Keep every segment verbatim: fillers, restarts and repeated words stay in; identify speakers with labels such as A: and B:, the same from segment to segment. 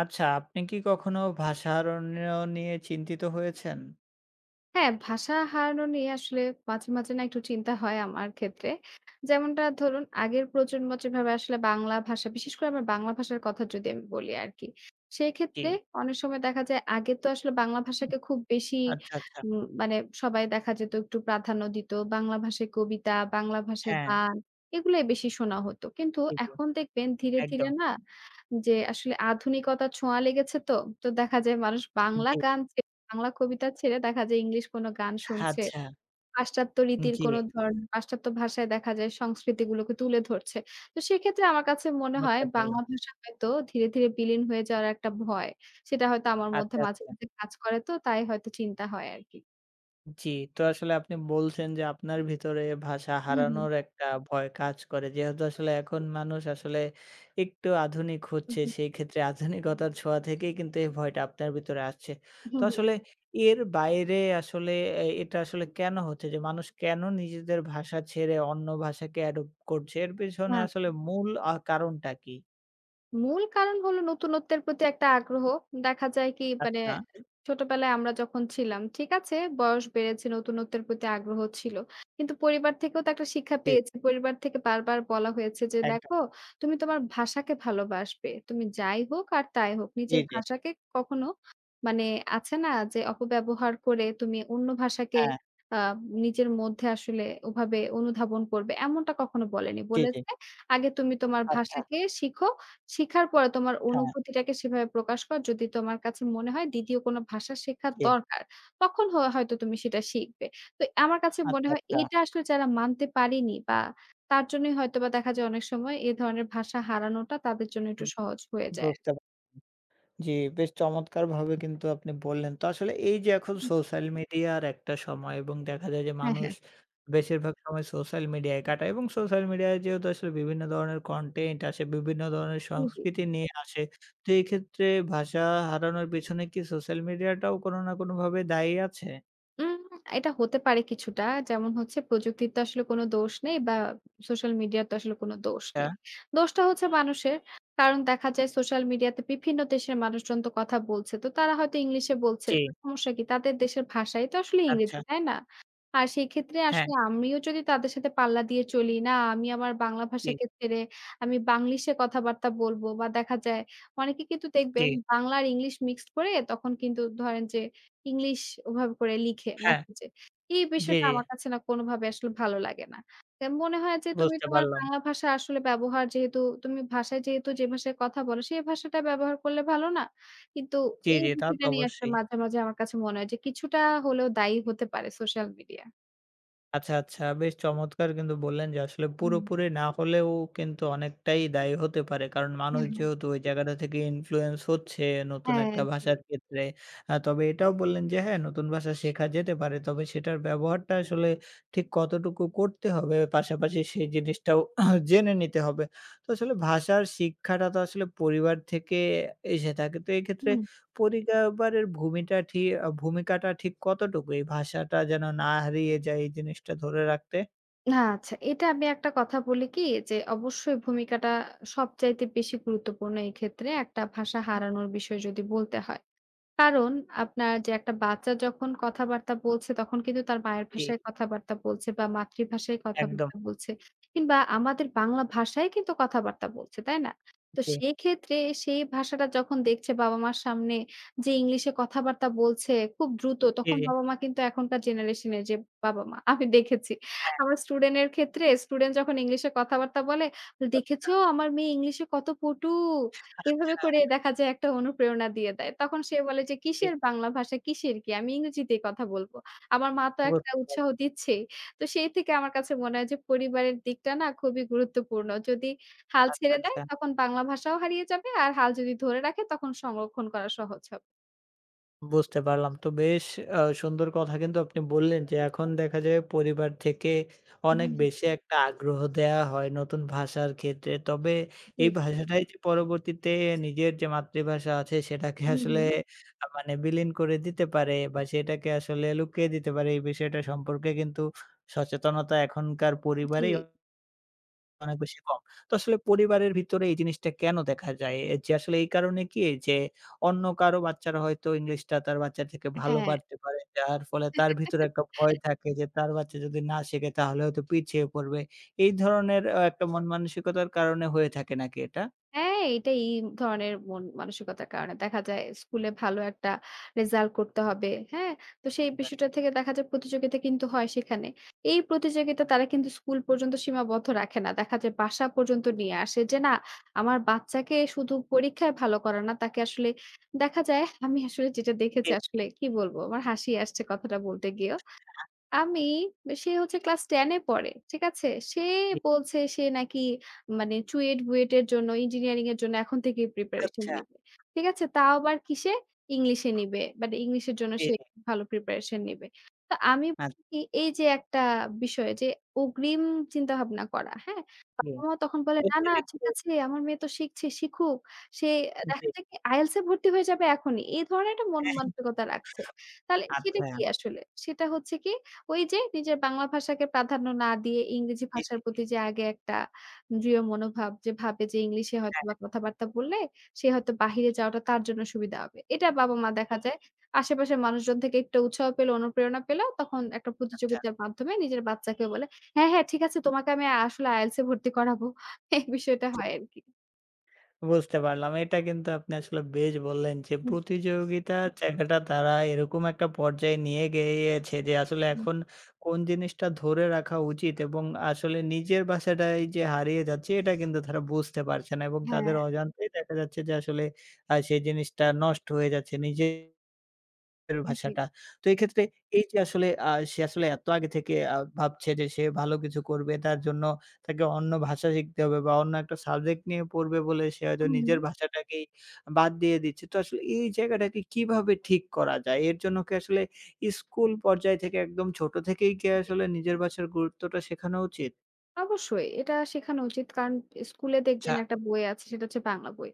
A: আচ্ছা, আপনি কি কখনো ভাষা অরণ্য নিয়ে চিন্তিত হয়েছেন?
B: হ্যাঁ, ভাষা হারানো নিয়ে আসলে মাঝে, মাঝে না একটু চিন্তা হয় আমার ক্ষেত্রে। যেমনটা ধরুন আগের প্রজন্ম যেভাবে আসলে বাংলা ভাষা বিশেষ করে আমার বাংলা ভাষার কথা যদি আমি বলি আরকি।
A: জি।
B: সেক্ষেত্রে অনেক সময় দেখা যায় আগে তো আসলে বাংলা ভাষাকে খুব বেশি
A: আচ্ছা, আচ্ছা।
B: উম মানে সবাই দেখা যেত একটু প্রাধান্য দিত। বাংলা ভাষায় কবিতা, বাংলা ভাষায়
A: হ্যাঁ,
B: গান এগুলাই বেশি শোনা হতো। কিন্তু
A: জি, জি।
B: এখন দেখবেন ধীরে, ধীরে
A: একদম।
B: না যে আসলে আধুনিকতার ছোঁয়া লেগেছে তো, তো দেখা যায় মানুষ বাংলা
A: জি।
B: গান বাংলা কবিতা ছেড়ে দেখা যায় ইংলিশ কোনো গান শুনছে।
A: আচ্ছা।
B: পাশ্চাত্য রীতির
A: জি,
B: কোনো ধরন পাশ্চাত্য ভাষায় দেখা যায় সংস্কৃতিগুলোকে তুলে ধরছে। তো সেক্ষেত্রে আমার কাছে মনে হয়
A: বুঝতে
B: বাংলা
A: পারলাম।
B: ভাষা হয়তো ধীরে, ধীরে বিলীন হয়ে যাওয়ার একটা ভয়। সেটা হয়তো আমার মধ্যে
A: আচ্ছা,
B: মাঝে,
A: আচ্ছা।
B: মধ্যে কাজ করে তো তাই হয়তো চিন্তা হয় আরকি।
A: জি, তো আসলে আপনি বলছেন যে আপনার ভিতরে ভাষা
B: হুম, হুম।
A: হারানোর একটা ভয় কাজ করে। যেহেতু আসলে এখন মানুষ আসলে একটু আধুনিক
B: হুম,
A: হচ্ছে,
B: হুম।
A: সেই ক্ষেত্রে আধুনিকতার ছোঁয়া থেকেই কিন্তু এই ভয়টা আপনার ভিতরে আসছে। তো
B: হুম, হুম।
A: আসলে এর বাইরে আসলে এ এটা আসলে কেন হচ্ছে যে মানুষ কেন নিজেদের ভাষা ছেড়ে অন্য ভাষাকে অ্যাডপ্ট করছে? এর পেছনে
B: না।
A: আসলে মূল আ কারণটা কি?
B: মূল কারণ হলো নতুনত্বের প্রতি একটা আগ্রহ। দেখা যায় কি মানে
A: আচ্ছা,
B: ছোটবেলায় আমরা যখন ছিলাম, ঠিক আছে বয়স বেড়েছে, নতুনত্বের প্রতি আগ্রহ ছিল। কিন্তু পরিবার থেকেও তো একটা শিক্ষা
A: জি,
B: পেয়েছি। পরিবার থেকে বারবার বলা হয়েছে যে,
A: একদম।
B: "দেখো তুমি তোমার ভাষাকে ভালোবাসবে। তুমি যাই হোক আর তাই হোক।
A: জি,
B: নিজের
A: জি।
B: ভাষাকে কখনো" মানে আছে না যে অপব্যবহার করে তুমি অন্য ভাষাকে
A: হ্যাঁ,
B: আ নিজের মধ্যে আসলে ওভাবে অনুধাবন করবে, এমনটা কখনো বলেনি।
A: জি, জি।
B: বলেছে, "আগে তুমি তোমার
A: আচ্ছা,
B: ভাষাকে শিখো" শিখার পরে তোমার
A: হ্যাঁ,
B: অনুভূতিটাকে সেভাবে প্রকাশ কর। যদি তোমার কাছে মনে হয় দ্বিতীয় কোনো ভাষা শেখা
A: জি।
B: দরকার, তখন হ হয়তো তুমি সেটা শিখবে। তো আমার কাছে মনে
A: আচ্ছা,
B: হয়
A: আচ্ছা।
B: এটা আসলে যারা মানতে পারেনি বা তার জন্যই হয়তোবা দেখা যায় অনেক সময় এ ধরনের ভাষা হারানোটা তাদের জন্য একটু
A: উম
B: সহজ হয়ে যায়।
A: বুঝতে পা জি, বেশ চমৎকারভাবে কিন্তু আপনি বললেন। তো আসলে এই যে এখন
B: হুম,
A: সোশ্যাল মিডিয়ার একটা সময় এবং দেখা যায় যে
B: হ্যাঁ,
A: মানুষ
B: হ্যাঁ।
A: বেশিরভাগ সময় সোশ্যাল মিডিয়ায় কাটায় এবং সোশ্যাল মিডিয়ায় যেহেতু আসলে বিভিন্ন ধরনের কনটেন্ট আসে, বিভিন্ন ধরনের
B: জি, জি।
A: সংস্কৃতি নিয়ে আসে। তো এই ক্ষেত্রে ভাষা হারানোর পেছনে কি সোশ্যাল মিডিয়াটাও কোনো না কোনোভাবে দায়ী আছে?
B: উম এটা হতে পারে কিছুটা। যেমন হচ্ছে প্রযুক্তির তো আসলে কোনো দোষ নেই বা সোশ্যাল মিডিয়ার তো আসলে কোনো দোষ
A: আ
B: নেই। দোষটা হচ্ছে মানুষের। কারণ দেখা যায় সোশ্যাল মিডিয়াতে বিভিন্ন দেশের মানুষজন তো কথা বলছে। তো তারা হয়তো ইংলিশে বলছে।
A: জি,
B: তো সমস্যা কি? তাদের দেশের ভাষাই তো আসলে
A: আচ্ছা।
B: ইংরেজি, তাই না? আর সেই ক্ষেত্রে
A: হ্যাঁ,
B: আসলে আমিও যদি তাদের সাথে পাল্লা দিয়ে চলি, না আমি আমার বাংলা
A: জি,
B: ভাষাকে ছেড়ে আমি বাংলিশে কথাবার্তা বলব বা দেখা যায় অনেকে কিন্তু
A: জি,
B: দেখবেন বাংলা আর ইংলিশ মিক্সড করে তখন কিন্তু ধরেন যে ইংলিশ ওভাবে করে লিখে
A: হ্যাঁ,
B: মেসেজে। এই
A: জি,
B: বিষয়টা
A: জি।
B: আমার কাছে না কোনোভাবে আসলে ভালো লাগে না। এ মনে হয় যে তুমি
A: বুঝতে
B: তোমার
A: পারলাম।
B: বাংলা ভাষা আসলে ব্যবহার যেহেতু তুমি ভাষায় যেহেতু যে ভাষায় কথা বলো সেই ভাষাটা ব্যবহার করলে ভালো না? কিন্তু
A: জি,
B: এই
A: জি, তা তো
B: বিষয়টা নিয়ে আসলে
A: অবশ্যই।
B: মাঝে, মাঝে আমার কাছে মনে হয় যে কিছুটা হলেও দায়ী হতে পারে সোশ্যাল মিডিয়া।
A: আচ্ছা, আচ্ছা। বেশ চমৎকার কিন্তু বললেন যে আসলে
B: হুম।
A: পুরোপুরি না হলেও কিন্তু অনেকটাই দায়ী হতে পারে। কারণ মানুষ
B: হ্যাঁ, হ্যাঁ।
A: যেহেতু ওই জায়গাটা থেকে ইনফ্লুয়েন্স হচ্ছে নতুন
B: হ্যাঁ,
A: একটা
B: জি,
A: ভাষার ক্ষেত্রে। আ তবে এটাও বললেন যে হ্যাঁ, নতুন ভাষা শেখা যেতে পারে। তবে সেটার ব্যবহারটা আসলে ঠিক কতটুকু করতে হবে, পাশাপাশি
B: জি।
A: সেই জিনিসটাও জেনে নিতে হবে। তো আসলে ভাষার শিক্ষাটা তো আসলে পরিবার থেকে এসে থাকে। তো এক্ষেত্রে
B: হুম।
A: পরিবারের ভূমিটা ঠি আ ভূমিকাটা ঠিক কতটুকু এই ভাষাটা যেন না হারিয়ে যায় এই জিনিসটা ধরে রাখতে?
B: না আচ্ছা এটা আমি একটা কথা বলি কি যে অবশ্যই ভূমিকাটা সবচাইতে বেশি গুরুত্বপূর্ণ এক্ষেত্রে একটা ভাষা
A: হ্যাঁ,
B: হারানোর বিষয় যদি বলতে হয়। কারণ আপনার যে একটা বাচ্চা যখন কথাবার্তা বলছে, তখন কিন্তু তার মায়ের
A: জি,
B: ভাষায় কথাবার্তা বলছে বা মাতৃভাষায়
A: একদম।
B: কথাবার্তা বলছে কিংবা আমাদের বাংলা ভাষায় কিন্তু কথাবার্তা বলছে, তাই না? তো
A: জি,
B: সেক্ষেত্রে সেই ভাষাটা যখন দেখছে বাবা-মার সামনে যে ইংলিশে কথাবার্তা বলছে খুব দ্রুত,
A: জি,
B: তখন
A: জি।
B: বাবা-মা কিন্তু এখনকার জেনারেশন এর যে বাবা-মা আমি দেখেছি।
A: হ্যাঁ,
B: আমার স্টুডেন্ট এর ক্ষেত্রে স্টুডেন্ট যখন ইংলিশে কথাবার্তা বলে, "দেখেছো আমার মেয়ে ইংলিশে কত পটু।" এভাবে
A: আচ্ছা,
B: করে দেখা যায় একটা অনুপ্রেরণা দিয়ে দেয়। তখন সে বলে যে,
A: জি,
B: "কিসের বাংলা ভাষা, কিসের কি? আমি ইংরেজিতেই কথা বলব।" আমার মা তো একটা
A: বুঝতে পারলাম।
B: উৎসাহ দিচ্ছেই। তো সেই থেকে আমার কাছে মনে হয় যে পরিবারের দিকটা না খুবই গুরুত্বপূর্ণ। যদি হাল
A: আচ্ছা,
B: ছেড়ে দেয়
A: আচ্ছা।
B: তখন বাংলা ভাষাও হারিয়ে যাবে। আর হাল যদি ধরে রাখে তখন সংরক্ষণ করা সহজ হবে।
A: বুঝতে পারলাম। তো বেশ আ সুন্দর কথা কিন্তু আপনি বললেন যে এখন দেখা যায় পরিবার থেকে অনেক
B: হ্যাঁ, হ্যাঁ।
A: বেশি একটা আগ্রহ দেয়া হয় নতুন ভাষার ক্ষেত্রে। তবে
B: জি,
A: এই
B: জি।
A: ভাষাটাই যে পরবর্তীতে নিজের যে মাতৃভাষা আছে সেটাকে
B: হু, হু।
A: আসলে আ মানে বিলীন করে দিতে পারে বা সেটাকে আসলে লুকিয়ে দিতে পারে এই বিষয়টা সম্পর্কে কিন্তু সচেতনতা এখনকার পরিবারেই
B: জি।
A: অনেক বেশি কম। তো আসলে পরিবারের ভিতরে এই জিনিসটা কেন দেখা যায়? এ যে আসলে এই কারণে কি যে অন্য কারো বাচ্চারা হয়তো ইংলিশটা তার বাচ্চার থেকে ভালো
B: হ্যাঁ।
A: পারতে পারে। যার ফলে তার ভিতরে একটা ভয় থাকে যে তার বাচ্চা যদি না শেখে তাহলে হয়তো পিছিয়ে পড়বে। এই ধরনের আ একটা মন মানসিকতার কারণে হয়ে থাকে নাকি এটা?
B: হ্যাঁ, এটা এই ধরনের মন মানসিকতার কারণে। দেখা যায় স্কুলে ভালো একটা রেজাল্ট করতে হবে। হ্যাঁ? তো সেই
A: আ
B: বিষয়টা থেকে দেখা যায় প্রতিযোগিতা কিন্তু হয় সেখানে। এই প্রতিযোগিতা তারা কিন্তু স্কুল পর্যন্ত সীমাবদ্ধ রাখে না। দেখা যায় বাসা পর্যন্ত
A: জি, জি,
B: নিয়ে আসে যে, না আমার বাচ্চাকে শুধু পরীক্ষায় ভালো করা না, তাকে আসলে দেখা যায় আমি আসলে যেটা
A: জি,
B: দেখেছি আসলে কি বলবো? আমার হাসি আসছে কথাটা বলতে গিয়েও। আমি সে হচ্ছে ক্লাস দশ এ পড়ে। ঠিক আছে? সে
A: জি।
B: বলছে সে নাকি মানে চুয়েট-বুয়েট এর জন্য ইঞ্জিনিয়ারিং এর জন্য এখন থেকেই প্রিপারেশন
A: আচ্ছা।
B: নিবে। ঠিক আছে? তাও আবার কিসে? ইংলিশে নিবে। বাট ইংলিশের জন্য
A: জি,
B: সে
A: জি।
B: ভালো প্রিপারেশন নিবে। তো আমি
A: আচ্ছা।
B: বলি কি এই যে একটা বিষয় যে অগ্রিম চিন্তাভাবনা করা, হ্যাঁ?
A: জি।
B: বাবা-মা তখন বলে, "না, না
A: অতিরিক্ত
B: ঠিক আছে আমার মেয়ে তো শিখছে, শিখুক। সে"
A: জি।
B: দেখা যায় কি I E L T S A ভর্তি হয়ে যাবে এখনই। এই ধরনের একটা মন মানসিকতা রাখছে। তাহলে সেটা
A: আচ্ছা।
B: কি আসলে? সেটা হচ্ছে কি ওই যে নিজের বাংলা ভাষাকে প্রাধান্য না দিয়ে ইংরেজি
A: জি,
B: ভাষার
A: জি।
B: প্রতি যে আগে একটা দৃঢ় মনোভাব যে ভাবে যে ইংলিশে
A: হ্যাঁ,
B: হয়তোবা কথাবার্তা বললে সে হয়তো বাহিরে যাওয়াটা তার জন্য সুবিধা হবে। এটা বাবা-মা দেখা যায় আশেপাশের মানুষজন থেকে একটু উৎসাহ পেল, অনুপ্রেরণা পেল তখন একটা
A: আচ্ছা।
B: প্রতিযোগিতার মাধ্যমে নিজের বাচ্চাকে বলে, "হ্যাঁ, হ্যাঁ ঠিক আছে তোমাকে আমি আসলে I E L T S A ভর্তি করাবো।" এই বিষয়টা হয় আরকি।
A: বুঝতে পারলাম। এটা কিন্তু আপনি আসলে বেশ বললেন যে
B: হুম, জি।
A: প্রতিযোগিতার জায়গাটা তারা এরকম একটা পর্যায়ে নিয়ে গিয়েছে যে আসলে
B: হুম।
A: এখন কোন জিনিসটা ধরে রাখা উচিত এবং আসলে নিজের ভাষাটাই যে হারিয়ে যাচ্ছে এটা কিন্তু তারা বুঝতে পারছে না এবং
B: হ্যাঁ,
A: তাদের অজান্তেই দেখা যাচ্ছে যে আসলে আ সেই জিনিসটা নষ্ট হয়ে যাচ্ছে। নিজে এর
B: জি।
A: ভাষাটা। তো এক্ষেত্রে এই যে আসলে আ সে আসলে এত আগে থেকে আ ভাবছে যে সে ভালো কিছু করবে। তার জন্য তাকে অন্য ভাষা শিখতে হবে বা অন্য একটা সাবজেক্ট নিয়ে পড়বে বলে সে হয়তো
B: হুম, হুম।
A: নিজের ভাষাটাকেই বাদ দিয়ে দিচ্ছে। তো আসলে এই জায়গাটাকে কিভাবে ঠিক করা যায়? এর জন্য কি আসলে স্কুল পর্যায় থেকে একদম ছোট থেকেই কি আসলে নিজের ভাষার গুরুত্বটা শেখানো উচিত?
B: অবশ্যই এটা শেখানো উচিত। কারণ স্কুলে
A: আচ্ছা।
B: দেখবেন একটা বই আছে সেটা হচ্ছে বাংলা বই।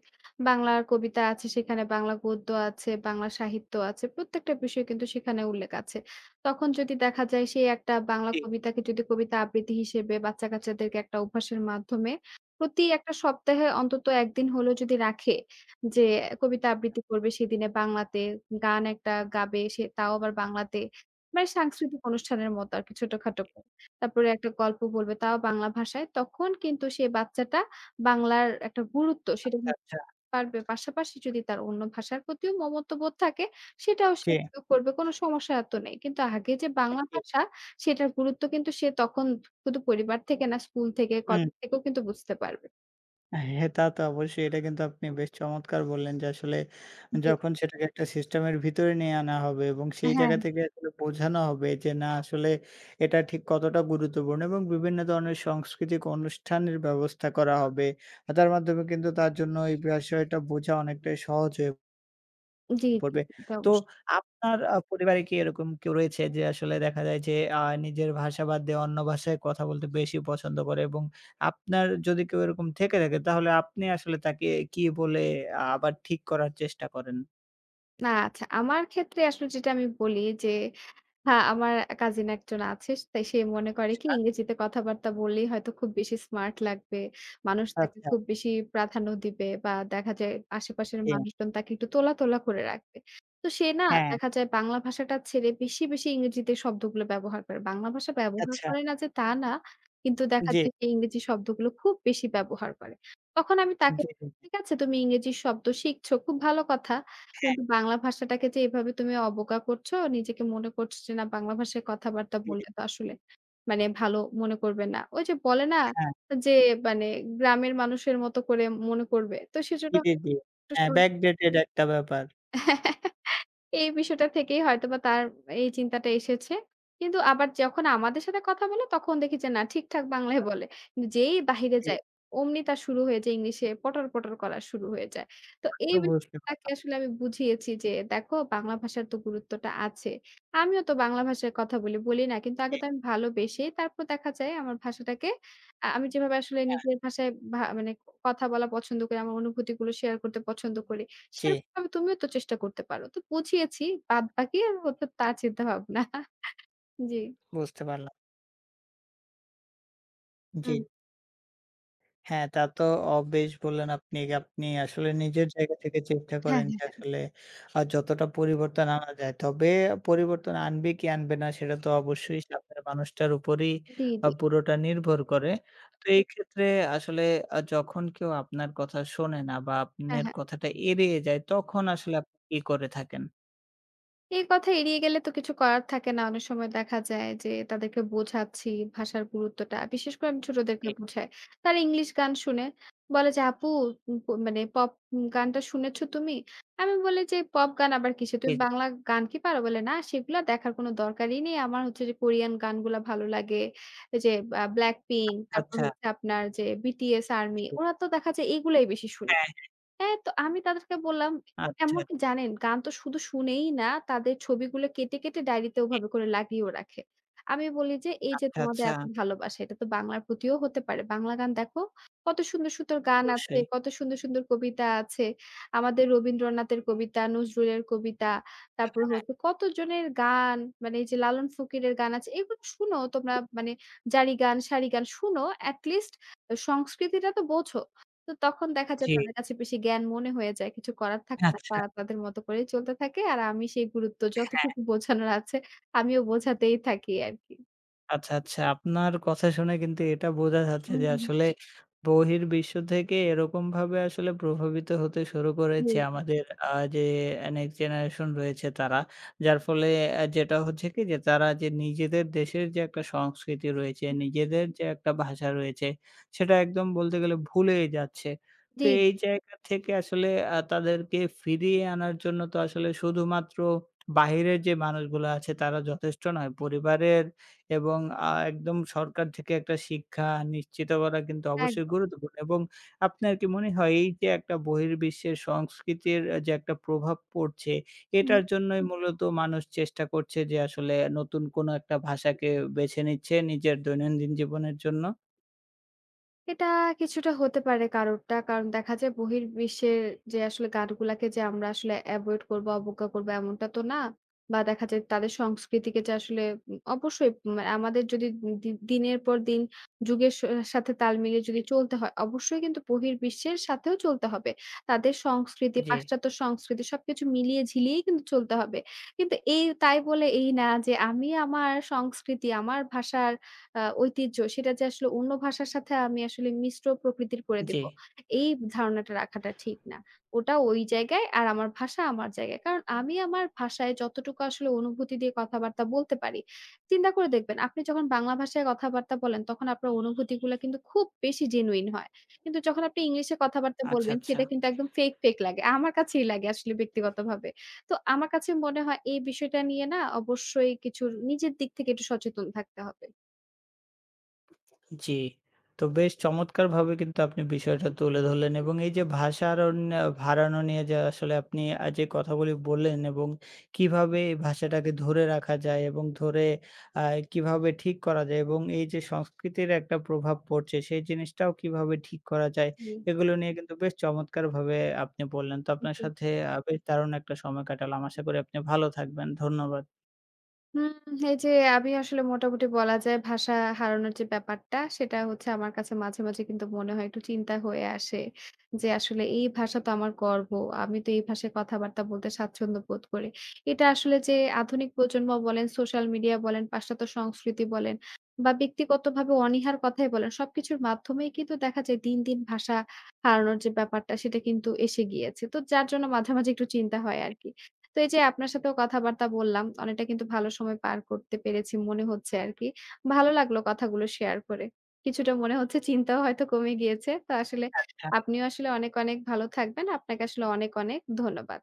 B: বাংলার কবিতা আছে সেখানে, বাংলা গদ্য আছে, বাংলা সাহিত্য আছে। প্রত্যেকটা বিষয় কিন্তু সেখানে উল্লেখ আছে। তখন যদি দেখা যায় সেই একটা বাংলা
A: জি,
B: কবিতাকে যদি কবিতা আবৃত্তি হিসেবে বাচ্চা-কাচ্চাদেরকে একটা অভ্যাসের মাধ্যমে প্রতি একটা সপ্তাহে অন্তত এক দিন হলেও যদি রাখে যে কবিতা আবৃত্তি করবে সেদিনে বাংলাতে, গান একটা গাবে সে তাও আবার বাংলাতে। মানে সাংস্কৃতিক অনুষ্ঠানের মতো আরকি ছোটখাটো।
A: জি।
B: করে। তারপরে একটা গল্প বলবে তাও বাংলা ভাষায়। তখন কিন্তু সে বাচ্চাটা বাংলার একটা গুরুত্ব সেটা
A: আচ্ছা,
B: বুঝতে
A: আচ্ছা।
B: পারবে। পাশাপাশি যদি তার অন্য ভাষার প্রতিও মমত্ববোধ থাকে সেটাও সে
A: জি,
B: প্রয়োগ করবে। কোনো সমস্যা তো নেই। কিন্তু আগে যে বাংলা
A: জি।
B: ভাষা সেটার গুরুত্ব কিন্তু সে তখন শুধু পরিবার থেকে না স্কুল থেকে,
A: হুম।
B: কলেজ থেকেও কিন্তু বুঝতে পারবে।
A: হ্যাঁ, তা তো অবশ্যই। এটা কিন্তু আপনি বেশ চমৎকার বললেন যে আসলে
B: জি।
A: যখন সেটাকে একটা সিস্টেমের ভিতরে নিয়ে আনা হবে এবং সেই
B: হ্যাঁ, হ্যাঁ।
A: জায়গা থেকে আসলে বোঝানো হবে যে না আসলে এটা ঠিক কতটা গুরুত্বপূর্ণ এবং বিভিন্ন ধরনের সাংস্কৃতিক অনুষ্ঠানের ব্যবস্থা করা হবে। আর তার মাধ্যমে কিন্তু তার জন্য এই বিষয়টা বোঝা অনেকটাই সহজ হয়ে
B: জি, জি, জি।
A: পড়বে।
B: এটা
A: তো
B: অবশ্যই।
A: আপনার আ পরিবারে কি এরকম কেউ রয়েছে যে আসলে দেখা যায় যে আ নিজের ভাষা বাদ দিয়ে অন্য ভাষায় কথা বলতে বেশি পছন্দ করে এবং আপনার যদি কেউ এরকম থেকে থাকে তাহলে আপনি আসলে তাকে কি বলে আ আবার ঠিক করার চেষ্টা করেন?
B: না আচ্ছা আমার ক্ষেত্রে আসলে যেটা আমি বলি যে হ্যাঁ, আমার কাজিন একজন আছে। তাই সে মনে করে কি
A: আচ্ছা,
B: ইংরেজিতে কথাবার্তা বললেই হয়তো খুব বেশি স্মার্ট লাগবে। মানুষ
A: আচ্ছা,
B: তাকে
A: আচ্ছা।
B: খুব বেশি প্রাধান্য দিবে বা দেখা যায় আশেপাশের
A: জি,
B: মানুষজন তাকে একটু তোলা, তোলা করে রাখবে। তো সে না
A: হ্যাঁ,
B: দেখা যায় বাংলা ভাষাটা ছেড়ে বেশি, বেশি ইংরেজিতে শব্দগুলো ব্যবহার করে। বাংলা ভাষা ব্যবহার
A: আচ্ছা।
B: করে না যে তা না, কিন্তু দেখা
A: জি,
B: যায় সে ইংরেজি শব্দগুলো খুব বেশি ব্যবহার করে। তখন আমি তাকে
A: জি, জি,
B: ঠিক আছে তুমি ইংরেজি শব্দ শিখছো, খুব ভালো কথা।
A: হ্যাঁ,
B: কিন্তু বাংলা ভাষাটাকে যে এভাবে তুমি অবজ্ঞা করছো, নিজেকে মনে করছো যে না বাংলা ভাষায় কথাবার্তা
A: জি,
B: বললে তো আসলে মানে ভালো মনে করবে না। ওই যে বলে না
A: হ্যাঁ,
B: যে মানে গ্রামের মানুষের মতো করে মনে করবে। তো
A: জি,
B: সেজন্য
A: জি, জি। হ্যাঁ, backdated একটা ব্যাপার।
B: এই বিষয়টা থেকেই হয়তোবা তার এই চিন্তাটা এসেছে। কিন্তু আবার যখন আমাদের সাথে কথা বলে তখন দেখি যে না ঠিকঠাক বাংলায় বলে।
A: আচ্ছা,
B: কিন্তু যেই বাহিরে
A: জি,
B: যায় অমনি তার শুরু হয়ে যায় ইংলিশে পটর, পটর করা শুরু হয়ে যায়। তো
A: তো
B: এই
A: বুঝতে
B: বিষয়টাকে
A: পারলাম।
B: আসলে আমি বুঝিয়েছি যে দেখো বাংলা ভাষার তো গুরুত্বটা আছে। আমিও তো বাংলা ভাষায় কথা বলি, বলি না। কিন্তু আগে
A: জি,
B: তো আমি ভালোবেসে তারপর দেখা যায় আমার ভাষাটাকে আ আমি যেভাবে আসলে
A: হ্যাঁ,
B: নিজের ভাষায় ভা মানে কথা বলা পছন্দ করি, আমার অনুভূতিগুলো শেয়ার করতে পছন্দ করি।
A: জি,
B: সেরকমভাবে তুমিও তো চেষ্টা করতে পারো। তো বুঝিয়েছি। বাদবাকি হচ্ছে তার চিন্তাভাবনা। জি।
A: বুঝতে পারলাম। জি।
B: হুম।
A: হ্যাঁ, তা তো অ বেশ বললেন আপনি। আপনি আসলে নিজের জায়গা থেকে চেষ্টা
B: হ্যাঁ,
A: করেন
B: হ্যাঁ,
A: যে
B: হ্যাঁ।
A: আসলে আ যতটা পরিবর্তন আনা যায়। তবে পরিবর্তন আনবে কি আনবে না সেটা তো অবশ্যই সামনের মানুষটার উপরেই
B: জি,
A: আ
B: জি।
A: পুরোটা নির্ভর করে। তো এই ক্ষেত্রে আসলে আ যখন কেউ আপনার কথা শোনে না বা
B: হ্যাঁ,
A: আপনার
B: হ্যাঁ।
A: কথাটা এড়িয়ে যায় তখন আসলে আপনি কি করে থাকেন?
B: এই কথা এড়িয়ে গেলে তো কিছু করার থাকে না। অনেক সময় দেখা যায় যে তাদেরকে বোঝাচ্ছি ভাষার গুরুত্বটা। বিশেষ করে আমি
A: জি,
B: ছোটদেরকে বোঝাই। তারা ইংলিশ গান শুনে বলে যে, "আপু উম প মানে পপ গানটা শুনেছ তুমি?" আমি বলি যে, "পপ গান আবার কিসের?
A: জি,
B: তুমি
A: জি।
B: বাংলা গান কি পারো?" বলে, "না, সেগুলা দেখার কোনো দরকারই নেই। আমার হচ্ছে যে কোরিয়ান গানগুলা ভালো লাগে।" এই যে আ 'Blackpink' তারপর
A: আচ্ছা।
B: হচ্ছে আপনার যে 'বি টি এস ARMY' ওরা তো দেখা যায় এগুলাই বেশি শুনে।"
A: হ্যাঁ,
B: হ্যাঁ, তো আমি তাদেরকে বললাম,
A: আচ্ছা,
B: এমনকি জানেন গান তো শুধু শুনেই না, তাদের ছবিগুলো কেটে, কেটে ডায়েরিতে
A: জি।
B: ওভাবে করে লাগিয়েও রাখে। আমি বলি যে, "এই যে
A: আচ্ছা,
B: তোমাদের
A: আচ্ছা।
B: এত ভালোবাসা, এটা তো বাংলার প্রতিও হতে পারে। বাংলা গান দেখো, কত সুন্দর, সুন্দর গান আছে,
A: অবশ্যই।
B: কত সুন্দর, সুন্দর কবিতা আছে। আমাদের রবীন্দ্রনাথের কবিতা, নজরুলের কবিতা, তারপরে হচ্ছে কতজনের গান, মানে এই যে লালন ফকিরের গান আছে, এগুলো শুনো তোমরা মানে জারি গান, সারি গান শুনো। এট লিস্ট সংস্কৃতিটা তো বোঝো।" তো তখন দেখা যায়
A: জি,
B: তাদের কাছে বেশি জ্ঞান মনে হয়ে যায়। কিছু করার থাকে না।
A: আচ্ছা।
B: তারা তাদের মতো করেই চলতে থাকে। আর আমি সেই গুরুত্ব
A: হ্যাঁ।
B: যতটুকু বোঝানোর আছে আমিও বোঝাতেই থাকি আরকি।
A: আচ্ছা, আচ্ছা। আপনার কথা শুনে কিন্তু এটা বোঝা যাচ্ছে যে
B: হুম,
A: আসলে বহির্বিশ্ব থেকে এরকমভাবে আসলে প্রভাবিত হতে শুরু করেছে
B: জি।
A: আমাদের আ যে নেক্সট জেনারেশন রয়েছে তারা। যার ফলে আ যেটা হচ্ছে কি যে তারা যে নিজেদের দেশের যে একটা সংস্কৃতি রয়েছে, নিজেদের যে একটা ভাষা রয়েছে সেটা একদম বলতে গেলে ভুলেই যাচ্ছে। তো
B: জি,
A: এই জায়গা থেকে আসলে আ তাদেরকে ফিরিয়ে আনার জন্য তো আসলে শুধুমাত্র বাহিরের যে মানুষগুলো আছে তারা যথেষ্ট নয়। পরিবারের এবং আ একদম সরকার থেকে একটা শিক্ষা নিশ্চিত করা কিন্তু অবশ্যই
B: একদম।
A: গুরুত্বপূর্ণ এবং আপনার কি মনে হয় এই যে একটা বহির্বিশ্বের সংস্কৃতির আ যে একটা প্রভাব পড়ছে, এটার জন্যই মূলত মানুষ চেষ্টা করছে যে আসলে নতুন কোনো একটা ভাষাকে বেছে নিচ্ছে নিজের দৈনন্দিন জীবনের জন্য?
B: এটা কিছুটা হতে পারে কারোরটা। কারণ দেখা যায় বহির্বিশ্বের যে আসলে গানগুলাকে যে আমরা আসলে এভয়েড করব, অবজ্ঞা করব এমনটা তো না। বা দেখা যায় তাদের সংস্কৃতিকে যে আসলে উম অবশ্যই উম আমাদের যদি দি দিনের পর দিন যুগের স সাথে তাল মিলিয়ে
A: জি,
B: যদি চলতে হয়, অবশ্যই কিন্তু বহির্বিশ্বের সাথেও চলতে হবে। তাদের সংস্কৃতি,
A: জি,
B: পাশ্চাত্য সংস্কৃতি সবকিছু মিলিয়ে ঝিলিয়েই কিন্তু চলতে হবে। কিন্তু এই তাই বলে এই না যে আমি আমার সংস্কৃতি, আমার ভাষার আ ঐতিহ্য সেটা যে আসলে অন্য ভাষার সাথে আমি আসলে মিশ্র প্রকৃতির করে
A: জি,
B: দিব। এই ধারণাটা রাখাটা ঠিক না। ওটা ওই জায়গায় আর আমার ভাষা আমার জায়গায়। কারণ আমি আমার ভাষায় যতটুকু আসলে অনুভূতি দিয়ে কথাবার্তা বলতে পারি, চিন্তা করে দেখবেন আপনি যখন বাংলা ভাষায় কথাবার্তা বলেন তখন আপনার অনুভূতিগুলা কিন্তু খুব বেশি জেনুইন হয়। কিন্তু যখন আপনি ইংলিশে কথাবার্তা
A: আচ্ছা,
B: বলবেন
A: আচ্ছা।
B: সেটা কিন্তু একদম ফেক, ফেক লাগে। আমার কাছেই লাগে আসলে ব্যক্তিগতভাবে। তো আমার কাছে মনে হয় এই বিষয়টা নিয়ে না অবশ্যই কিছু নিজের দিক থেকে একটু সচেতন থাকতে হবে।
A: জি। তো বেশ চমৎকারভাবে কিন্তু আপনি বিষয়টা তুলে ধরলেন এবং এই যে ভাষা আরণ্য হারানো নিয়ে যে আসলে আপনি আ যে কথাগুলি বললেন এবং কিভাবে এই ভাষাটাকে ধরে রাখা যায় এবং ধরে আ কিভাবে ঠিক করা যায় এবং এই যে সংস্কৃতির একটা প্রভাব পড়ছে সেই জিনিসটাও কিভাবে ঠিক করা যায়,
B: জি।
A: এগুলো নিয়ে কিন্তু বেশ চমৎকারভাবে আপনি বললেন। তো আপনার
B: জি।
A: সাথে আ বেশ দারুণ একটা সময় কাটালাম। আশা করি আপনি ভালো থাকবেন। ধন্যবাদ।
B: হুম, এই যে আমি আসলে মোটামুটি বলা যায় ভাষা হারানোর যে ব্যাপারটা সেটা হচ্ছে আমার কাছে মাঝে, মাঝে কিন্তু মনে হয় একটু চিন্তা হয়ে আসে। যে আসলে এই ভাষা তো আমার গর্ব। আমি তো এই ভাষায় কথাবার্তা বলতে স্বাচ্ছন্দ্য বোধ করি। এটা আসলে যে আধুনিক প্রজন্ম বলেন, সোশ্যাল মিডিয়া বলেন, পাশ্চাত্য সংস্কৃতি বলেন বা ব্যক্তিগতভাবে অনীহার কথাই বলেন, সবকিছুর মাধ্যমেই কিন্তু দেখা যায় দিন, দিন ভাষা হারানোর যে ব্যাপারটা সেটা কিন্তু এসে গিয়েছে। তো যার জন্য মাঝে, মাঝে একটু চিন্তা হয় আরকি। তো এই যে আপনার সাথেও কথাবার্তা বললাম। অনেকটা কিন্তু ভালো সময় পার করতে পেরেছি মনে হচ্ছে আরকি। ভালো লাগলো কথাগুলো শেয়ার করে। কিছুটা মনে হচ্ছে চিন্তাও হয়তো কমে গিয়েছে। তো আসলে আপনিও আসলে অনেক, অনেক ভালো থাকবেন। আপনাকে আসলে অনেক, অনেক ধন্যবাদ।